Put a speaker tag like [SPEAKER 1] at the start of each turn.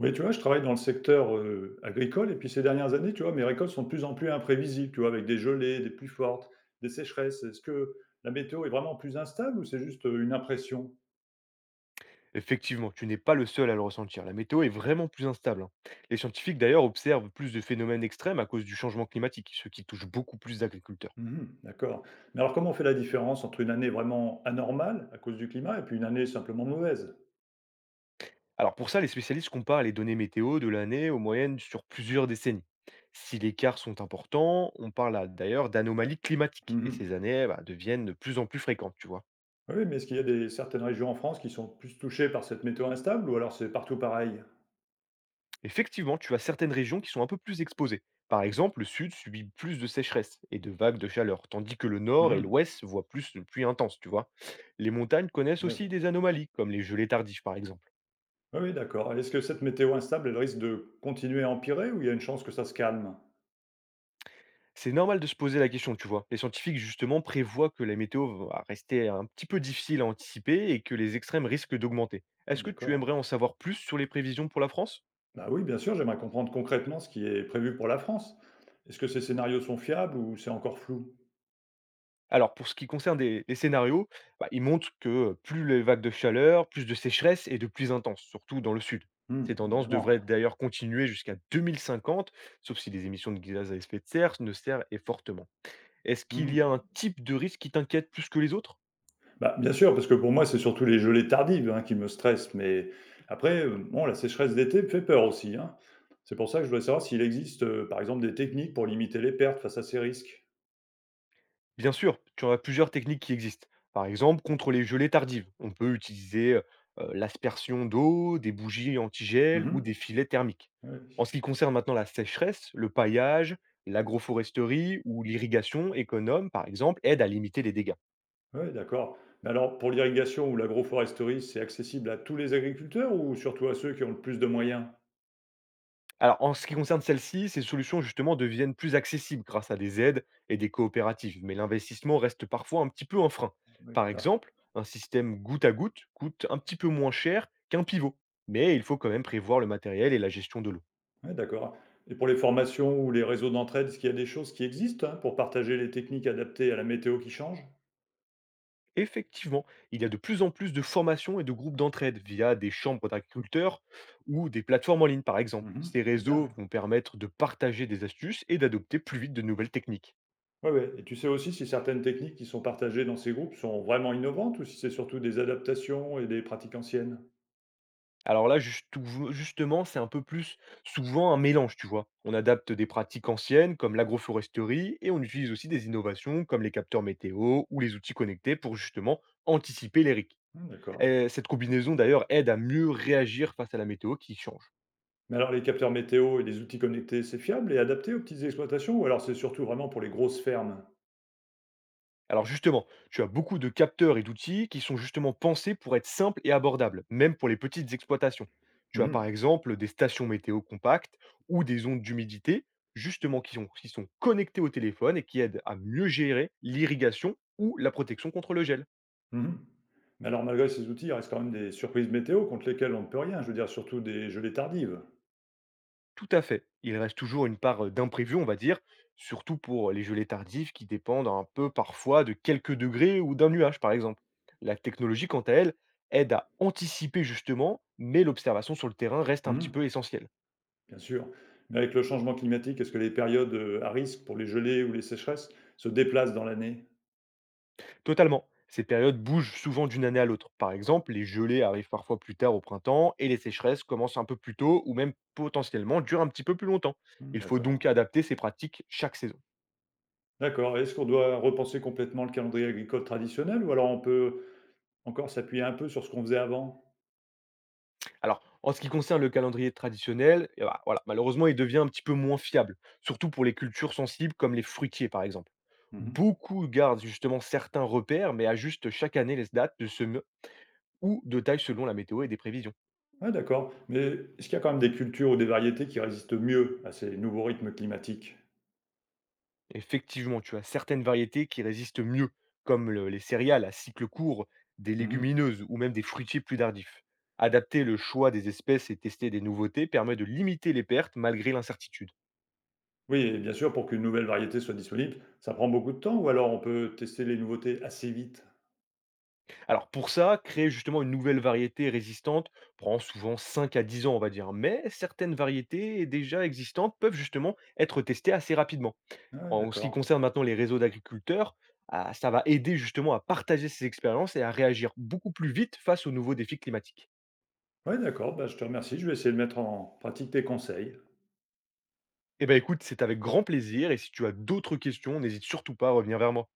[SPEAKER 1] Oui, tu vois, je travaille dans le secteur, agricole et puis ces dernières années, tu vois, mes récoltes sont de plus en plus imprévisibles, tu vois? Avec des gelées, des pluies fortes, des sécheresses. Est-ce que la météo est vraiment plus instable ou c'est juste, une impression?
[SPEAKER 2] Effectivement, tu n'es pas le seul à le ressentir. La météo est vraiment plus instable, hein. Les scientifiques d'ailleurs observent plus de phénomènes extrêmes à cause du changement climatique, ce qui touche beaucoup plus d'agriculteurs.
[SPEAKER 1] Mmh, d'accord. Mais alors comment on fait la différence entre une année vraiment anormale à cause du climat et puis une année simplement mauvaise?
[SPEAKER 2] Alors pour ça, les spécialistes comparent les données météo de l'année aux moyennes sur plusieurs décennies. Si les écarts sont importants, on parle là d'ailleurs d'anomalies climatiques et
[SPEAKER 1] Mmh.
[SPEAKER 2] ces années bah, deviennent de plus en plus fréquentes, tu vois.
[SPEAKER 1] Oui, oui, mais est-ce qu'il y a des certaines régions en France qui sont plus touchées par cette météo instable ou alors c'est partout pareil?
[SPEAKER 2] Effectivement, tu as certaines régions qui sont un peu plus exposées. Par exemple, le sud subit plus de sécheresse et de vagues de chaleur, tandis que le nord et
[SPEAKER 1] Mmh.
[SPEAKER 2] l'ouest voient plus de pluie intense, tu vois. Les montagnes connaissent aussi
[SPEAKER 1] Oui.
[SPEAKER 2] des anomalies, comme les gelées tardives par exemple.
[SPEAKER 1] Oui, oui, d'accord. Est-ce que cette météo instable, elle risque de continuer à empirer ou il y a une chance que ça se calme?
[SPEAKER 2] C'est normal de se poser la question, tu vois. Les scientifiques, justement, prévoient que la météo va rester un petit peu difficile à anticiper et que les extrêmes risquent d'augmenter.
[SPEAKER 1] Ah,
[SPEAKER 2] Est-ce que tu
[SPEAKER 1] d'accord.
[SPEAKER 2] aimerais en savoir plus sur les prévisions pour la France?
[SPEAKER 1] Bah oui, bien sûr, j'aimerais comprendre concrètement ce qui est prévu pour la France. Est-ce que ces scénarios sont fiables ou c'est encore flou?
[SPEAKER 2] Alors pour ce qui concerne des les scénarios, bah, ils montrent que, plus les vagues de chaleur, plus de sécheresse et de pluies intenses, surtout dans le sud. Ces
[SPEAKER 1] Hmm,
[SPEAKER 2] tendances devraient
[SPEAKER 1] évidemment.
[SPEAKER 2] d'ailleurs continuer jusqu'à 2050, sauf si les émissions de gaz à effet de serre ne serrent et fortement. Est-ce qu'il y a
[SPEAKER 1] Hmm.
[SPEAKER 2] un type de risque qui t'inquiète plus que les autres?
[SPEAKER 1] Bah, bien sûr, parce que pour moi, c'est surtout les gelées tardives, hein, qui me stressent. Mais après, bon, la sécheresse d'été me fait peur aussi, hein. C'est pour ça que je voudrais savoir s'il existe, par exemple, des techniques pour limiter les pertes face à ces risques.
[SPEAKER 2] Bien sûr, tu en as plusieurs techniques qui existent. Par exemple, contre les gelées tardives, on peut utiliser l'aspersion d'eau, des bougies antigel ou
[SPEAKER 1] Mhm.
[SPEAKER 2] des filets thermiques. En
[SPEAKER 1] Ouais,
[SPEAKER 2] ce qui concerne maintenant la sécheresse, le paillage, l'agroforesterie ou l'irrigation économe, par exemple, aide à limiter les dégâts.
[SPEAKER 1] ouais, d'accord. Mais alors, pour l'irrigation ou l'agroforesterie, c'est accessible à tous les agriculteurs ou surtout à ceux qui ont le plus de moyens?
[SPEAKER 2] Alors, en ce qui concerne celle-ci, ces solutions justement deviennent plus accessibles grâce à des aides et des coopératives, mais l'investissement reste parfois un petit peu un frein.
[SPEAKER 1] Oui,
[SPEAKER 2] Par
[SPEAKER 1] voilà.
[SPEAKER 2] exemple, un système goutte à goutte coûte un petit peu moins cher qu'un pivot, mais il faut quand même prévoir le matériel et la gestion de l'eau.
[SPEAKER 1] Ouais, d'accord. Et pour les formations ou les réseaux d'entraide, est-ce qu'il y a des choses qui existent, hein, pour partager les techniques adaptées à la météo qui change?
[SPEAKER 2] Effectivement, il y a de plus en plus de formations et de groupes d'entraide via des chambres d'agriculteurs ou des plateformes en ligne, par exemple.
[SPEAKER 1] Mhm,
[SPEAKER 2] Ces
[SPEAKER 1] c'est bien.
[SPEAKER 2] réseaux vont permettre de partager des astuces et d'adopter plus vite de nouvelles techniques.
[SPEAKER 1] Ouais, ouais. Et tu sais aussi si certaines techniques qui sont partagées dans ces groupes sont vraiment innovantes ou si c'est surtout des adaptations et des pratiques anciennes?
[SPEAKER 2] Alors là, justu justement, c'est un peu plus souvent un mélange, tu vois? On adapte des pratiques anciennes comme l'agroforesterie et on utilise aussi des innovations comme les capteurs météo ou les outils connectés pour justement anticiper les risques.
[SPEAKER 1] D'accord.
[SPEAKER 2] Et cette combinaison d'ailleurs aide à mieux réagir face à la météo qui change.
[SPEAKER 1] Mais alors les capteurs météo et les outils connectés, c'est fiable et adapté aux petites exploitations ou alors c'est surtout vraiment pour les grosses fermes?
[SPEAKER 2] Alors justement, tu as beaucoup de capteurs et d'outils qui sont justement pensés pour être simples et abordables, même pour les petites exploitations. Tu as par
[SPEAKER 1] Mhm,
[SPEAKER 2] exemple des stations météo compactes ou des ondes d'humidité, justement qui sont connectées au téléphone et qui aident à mieux gérer l'irrigation ou la protection contre le gel.
[SPEAKER 1] mhm. Mais alors malgré ces outils, il reste quand même des surprises météo contre lesquelles on ne peut rien, je veux dire surtout des gelées tardives.
[SPEAKER 2] Tout à fait. Il reste toujours une part, d'imprévu, on va dire, surtout pour les gelées tardives qui dépendent un peu parfois de quelques degrés ou d'un nuage, par exemple. La technologie, quant à elle, aide à anticiper justement, mais l'observation sur le terrain reste un petit peu
[SPEAKER 1] Mhm.
[SPEAKER 2] essentielle.
[SPEAKER 1] Bien sûr. Mais avec le changement climatique, est-ce que les périodes, à risque pour les gelées ou les sécheresses se déplacent dans l'année?
[SPEAKER 2] Totalement. Ces périodes bougent souvent d'une année à l'autre. Par exemple, les gelées arrivent parfois plus tard au printemps et les sécheresses commencent un peu plus tôt ou même potentiellement durent un petit peu plus longtemps.
[SPEAKER 1] Mmh,
[SPEAKER 2] Il faut
[SPEAKER 1] d'accord.
[SPEAKER 2] donc adapter ses pratiques chaque saison.
[SPEAKER 1] D'accord, est-ce qu'on doit repenser complètement le calendrier agricole traditionnel ou alors on peut encore s'appuyer un peu sur ce qu'on faisait avant?
[SPEAKER 2] Alors, en ce qui concerne le calendrier traditionnel, eh bah, voilà, malheureusement, il devient un petit peu moins fiable, surtout pour les cultures sensibles comme les fruitiers, par exemple.
[SPEAKER 1] Mmh.
[SPEAKER 2] Beaucoup gardent justement certains repères, mais ajustent chaque année les dates de semis ou de taille selon la météo et des prévisions.
[SPEAKER 1] Ouais, d'accord. Mais est-ce qu'il y a quand même des cultures ou des variétés qui résistent mieux à ces nouveaux rythmes climatiques?
[SPEAKER 2] Effectivement, tu as certaines variétés qui résistent mieux, comme les céréales à cycle court, des
[SPEAKER 1] Mmh.
[SPEAKER 2] légumineuses ou même des fruitiers plus tardifs. Adapter le choix des espèces et tester des nouveautés permet de limiter les pertes malgré l'incertitude.
[SPEAKER 1] Oui, et bien sûr, pour qu'une nouvelle variété soit disponible, ça prend beaucoup de temps ou alors on peut tester les nouveautés assez vite?
[SPEAKER 2] Alors pour ça, créer justement une nouvelle variété résistante prend souvent 5 à 10 ans, on va dire, mais certaines variétés déjà existantes peuvent justement être testées assez rapidement.
[SPEAKER 1] Ouais,
[SPEAKER 2] En ce qui
[SPEAKER 1] d'accord.
[SPEAKER 2] concerne maintenant les réseaux d'agriculteurs, ah, ça va aider justement à partager ces expériences et à réagir beaucoup plus vite face aux nouveaux défis climatiques.
[SPEAKER 1] Ouais, d'accord, bah, je te remercie, je vais essayer de mettre en pratique tes conseils.
[SPEAKER 2] Eh bien écoute, c'est avec grand plaisir et si tu as d'autres questions, n'hésite surtout pas à revenir vers moi.